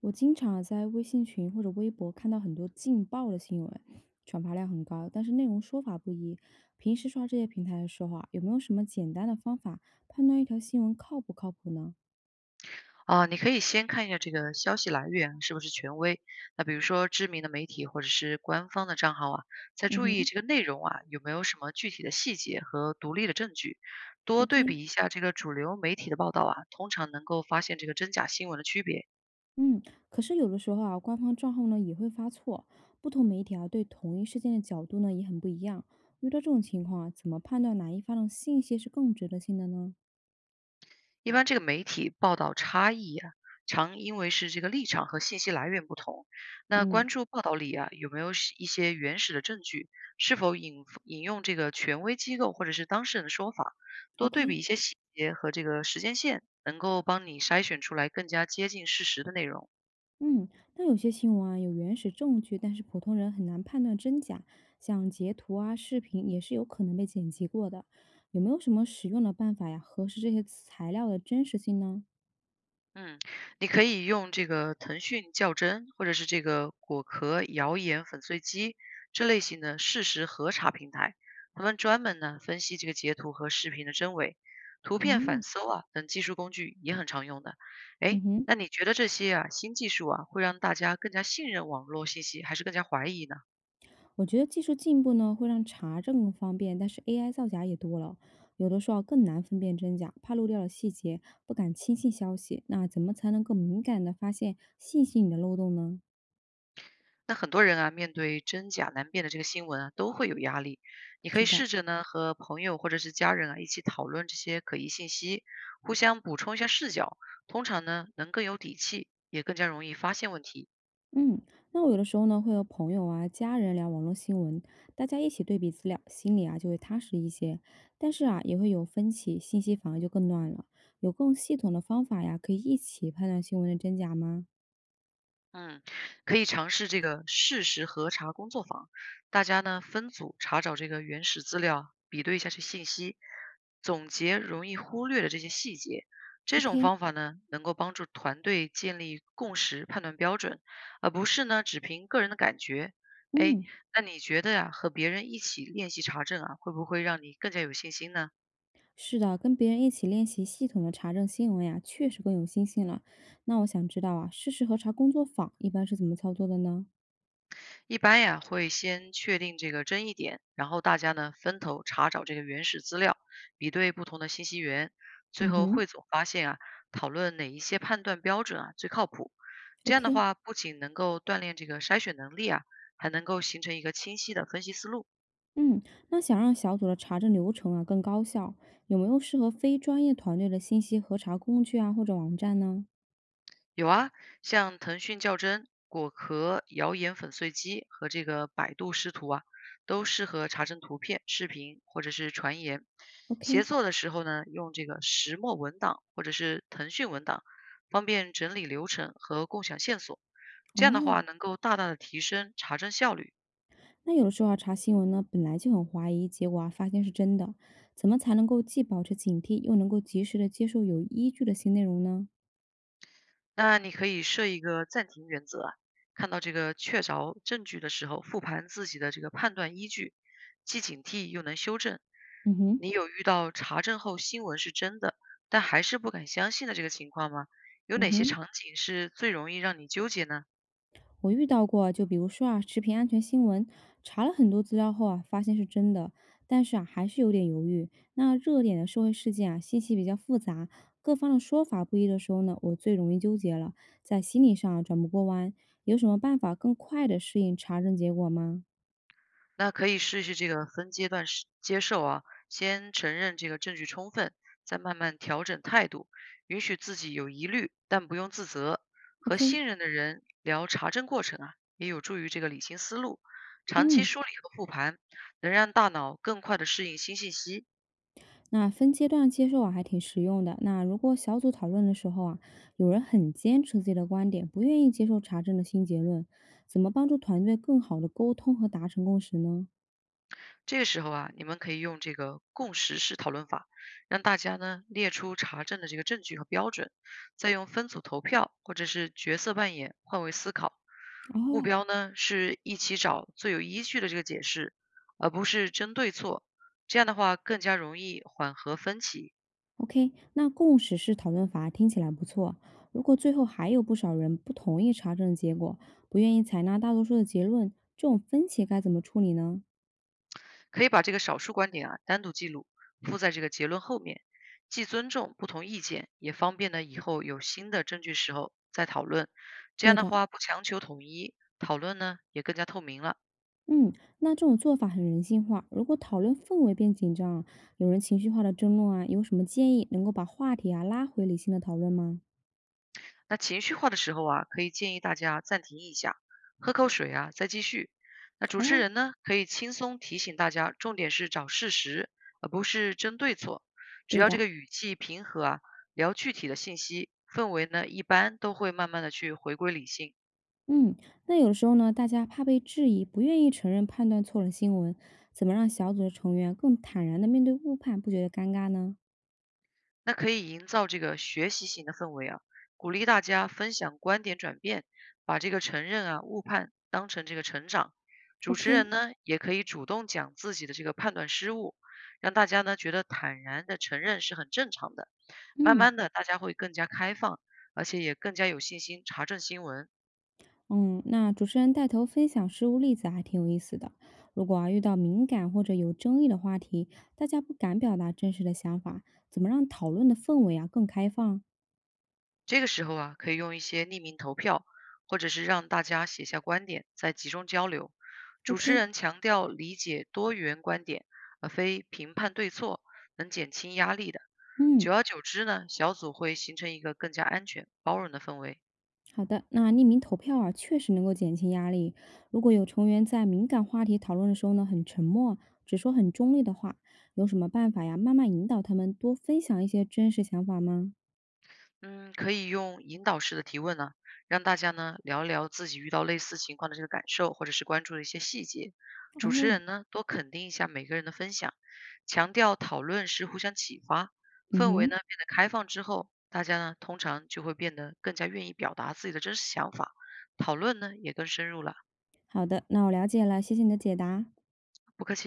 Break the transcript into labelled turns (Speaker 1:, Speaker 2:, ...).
Speaker 1: 我经常啊在微信群或者微博看到很多劲爆的新闻，转发量很高，但是内容说法不一。平时刷这些平台的时候啊，有没有什么简单的方法判断一条新闻靠不靠谱呢？
Speaker 2: 啊，你可以先看一下这个消息来源是不是权威，那比如说知名的媒体或者是官方的账号啊，再
Speaker 1: 嗯
Speaker 2: 注意
Speaker 1: 哼
Speaker 2: 这个内容啊有没有什么具体的细节和独立的证据，多对
Speaker 1: ，OK，
Speaker 2: 比一下这个主流媒体的报道啊，通常能够发现这个真假新闻的区别。
Speaker 1: 嗯，可是有的时候啊，官方账号呢也会发错，不同媒体啊对同一事件的角度呢也很不一样。遇到这种情况啊，怎么判断哪一方的信息是更值得信的呢？
Speaker 2: 一般这个媒体报道差异啊，常因为是这个立场和信息来源不同。那
Speaker 1: 嗯
Speaker 2: 关注报道里啊，有没有是一些原始的证据？是否引用这个权威机构或者是当事人的说法？多对比
Speaker 1: ，OK。
Speaker 2: 一些细节和这个时间线，能够帮你筛选出来更加接近事实的内容。
Speaker 1: 嗯，那有些新闻啊有原始证据，但是普通人很难判断真假，像截图啊、视频也是有可能被剪辑过的。有没有什么实用的办法呀，核实这些材料的真实性呢？
Speaker 2: 嗯，你可以用这个腾讯较真，或者是这个果壳谣言粉碎机这类型的事实核查平台，他们专门呢分析这个截图和视频的真伪，图片
Speaker 1: 哦，
Speaker 2: 反搜啊等技术工具也很常用的。
Speaker 1: 嗯
Speaker 2: 哎，
Speaker 1: 哼，
Speaker 2: 那你觉得这些啊新技术啊会让大家更加信任网络信息，还是更加怀疑呢？
Speaker 1: 我觉得技术进步呢会让查证更方便，但是 AI 造假也多了，有的时候啊更难分辨真假，怕漏掉了细节，不敢轻信消息。那怎么才能更敏感的发现信息里的漏洞呢？
Speaker 2: 那很多人啊，面对真假难辨的这个新闻啊，都会有压力。你可
Speaker 1: 是
Speaker 2: 以
Speaker 1: 的。
Speaker 2: 试着呢和朋友或者是家人啊一起讨论这些可疑信息，互相补充一下视角，通常呢能更有底气，也更加容易发现问题。
Speaker 1: 嗯，那我有的时候呢，会和朋友啊、家人聊网络新闻，大家一起对比资料，心里啊就会踏实一些。但是啊，也会有分歧，信息反而就更乱了。有更系统的方法呀，可以一起判断新闻的真假吗
Speaker 2: 嗯，可以尝试这个事实核查工作坊，大家呢分组查找这个原始资料，比对一下这信息，总结容易忽略的这些细节。这种
Speaker 1: ？OK，
Speaker 2: 方法呢，能够帮助团队建立共识、判断标准，而不是呢只凭个人的感觉。哎，
Speaker 1: 嗯，
Speaker 2: 那你觉得呀、和别人一起练习查证啊，会不会让你更加有信心呢？
Speaker 1: 是的，跟别人一起练习系统的查证新闻呀，确实更有信心了。那我想知道啊，事实核查工作坊一般是怎么操作的呢？
Speaker 2: 一般呀，会先确定这个争议点，然后大家呢分头查找这个原始资料，比对不同的信息源，最
Speaker 1: 嗯
Speaker 2: 后
Speaker 1: 哼
Speaker 2: 汇总发现啊，讨论哪一些判断标准啊最靠谱。这样的
Speaker 1: ，OK。
Speaker 2: 话，不仅能够锻炼这个筛选能力啊，还能够形成一个清晰的分析思路。
Speaker 1: 嗯，那想让小组的查证流程啊更高效，有没有适合非专业团队的信息核查工具啊或者网站呢
Speaker 2: 有啊，像腾讯较真、果壳谣言粉碎机和这个百度识图啊，都适合查证图片、视频或者是传言。协
Speaker 1: ？OK，
Speaker 2: 作的时候呢，用这个石墨文档或者是腾讯文档，方便整理流程和共享线索。这样的
Speaker 1: 哦，
Speaker 2: 话，能够大大的提升查证效率。
Speaker 1: 那有的时候啊查新闻呢本来就很怀疑，结果啊发现是真的，怎么才能够既保持警惕，又能够及时的接受有依据的新内容呢？
Speaker 2: 那你可以设一个暂停原则啊，看到这个确凿证据的时候，复盘自己的这个判断依据，既警惕又能修正。
Speaker 1: 嗯哼，
Speaker 2: 你有遇到查证后新闻是真的，但还是不敢相信的这个情况吗？有
Speaker 1: 嗯
Speaker 2: 哪些
Speaker 1: 哼。
Speaker 2: 场景是最容易让你纠结呢？
Speaker 1: 我遇到过，就比如说啊，食品安全新闻，查了很多资料后啊，发现是真的，但是啊，还是有点犹豫。那热点的社会事件啊，信息比较复杂，各方的说法不一的时候呢，我最容易纠结了，在心理上啊转不过弯。有什么办法更快的适应查证结果吗
Speaker 2: 那可以试一试这个分阶段是接受啊，先承认这个证据充分，再慢慢调整态度，允许自己有疑虑，但不用自责。和
Speaker 1: ？OK，
Speaker 2: 信任的人聊查证过程啊，也有助于这个理清思路。长期
Speaker 1: 嗯。
Speaker 2: 梳理和复盘，能让大脑更快的适应新信息。
Speaker 1: 那分阶段接受啊，还挺实用的。那如果小组讨论的时候啊，有人很坚持自己的观点，不愿意接受查证的新结论，怎么帮助团队更好的沟通和达成共识呢？
Speaker 2: 这个时候啊，你们可以用这个共识式讨论法，让大家呢列出查证的这个证据和标准，再用分组投票或者是角色扮演换位思考。目
Speaker 1: 哦
Speaker 2: 标呢是一起找最有依据的这个解释，而不是争对错。这样的话更加容易缓和分歧。
Speaker 1: ，OK，那共识式讨论法听起来不错。如果最后还有不少人不同意查证结果，不愿意采纳大多数的结论，这种分歧该怎么处理呢？
Speaker 2: 可以把这个少数观点啊单独记录，附在这个结论后面，既尊重不同意见，也方便呢以后有新的证据时候再讨论。这
Speaker 1: 对
Speaker 2: 样的
Speaker 1: 的，
Speaker 2: 话不强求统一，讨论呢也更加透明了。
Speaker 1: 嗯，那这种做法很人性化。如果讨论氛围变紧张啊，有人情绪化的争论啊，有什么建议能够把话题啊拉回理性的讨论吗？
Speaker 2: 那情绪化的时候啊，可以建议大家暂停一下，喝口水啊，再继续。那主持
Speaker 1: 哦，
Speaker 2: 人呢，可以轻松提醒大家，重点是找事实，而不是争对错。只
Speaker 1: 对
Speaker 2: 要这
Speaker 1: 的，
Speaker 2: 个语气平和啊，聊具体的信息，氛围呢一般都会慢慢的去回归理性。
Speaker 1: 嗯，那有的时候呢，大家怕被质疑，不愿意承认判断错了新闻，怎么让小组的成员更坦然的面对误判，不觉得尴尬呢
Speaker 2: 那可以营造这个学习型的氛围啊，鼓励大家分享观点转变，把这个承认啊、误判当成这个成长。主持人
Speaker 1: ？OK，
Speaker 2: 呢，也可以主动讲自己的这个判断失误，让大家呢觉得坦然的承认是很正常的。慢
Speaker 1: 嗯，
Speaker 2: 慢的，大家会更加开放，而且也更加有信心查证新闻。
Speaker 1: 嗯，那主持人带头分享实物例子还挺有意思的。如果啊遇到敏感或者有争议的话题，大家不敢表达真实的想法，怎么让讨论的氛围啊更开放
Speaker 2: 这个时候啊，可以用一些匿名投票，或者是让大家写下观点，再集中交流。主持
Speaker 1: ？OK，
Speaker 2: 人强调理解多元观点，而非评判对错，能减轻压力的。
Speaker 1: 嗯，
Speaker 2: 久而久之呢，小组会形成一个更加安全、包容的氛围。
Speaker 1: 好的。那匿名投票啊确实能够减轻压力。如果有成员在敏感话题讨论的时候呢很沉默，只说很中立的话，有什么办法呀？慢慢引导他们多分享一些真实想法吗？
Speaker 2: 嗯，可以用引导式的提问呢，让大家呢聊聊自己遇到类似情况的这个感受，或者是关注的一些细节。主持
Speaker 1: 哦，
Speaker 2: 人呢多肯定一下每个人的分享，强调讨论是互相启发，
Speaker 1: 嗯
Speaker 2: 氛围呢
Speaker 1: 哼，
Speaker 2: 变得开放之后，大家呢通常就会变得更加愿意表达自己的真实想法，讨论呢也更深入了。
Speaker 1: 好的，那我了解了，谢谢你的解答。
Speaker 2: 不客气。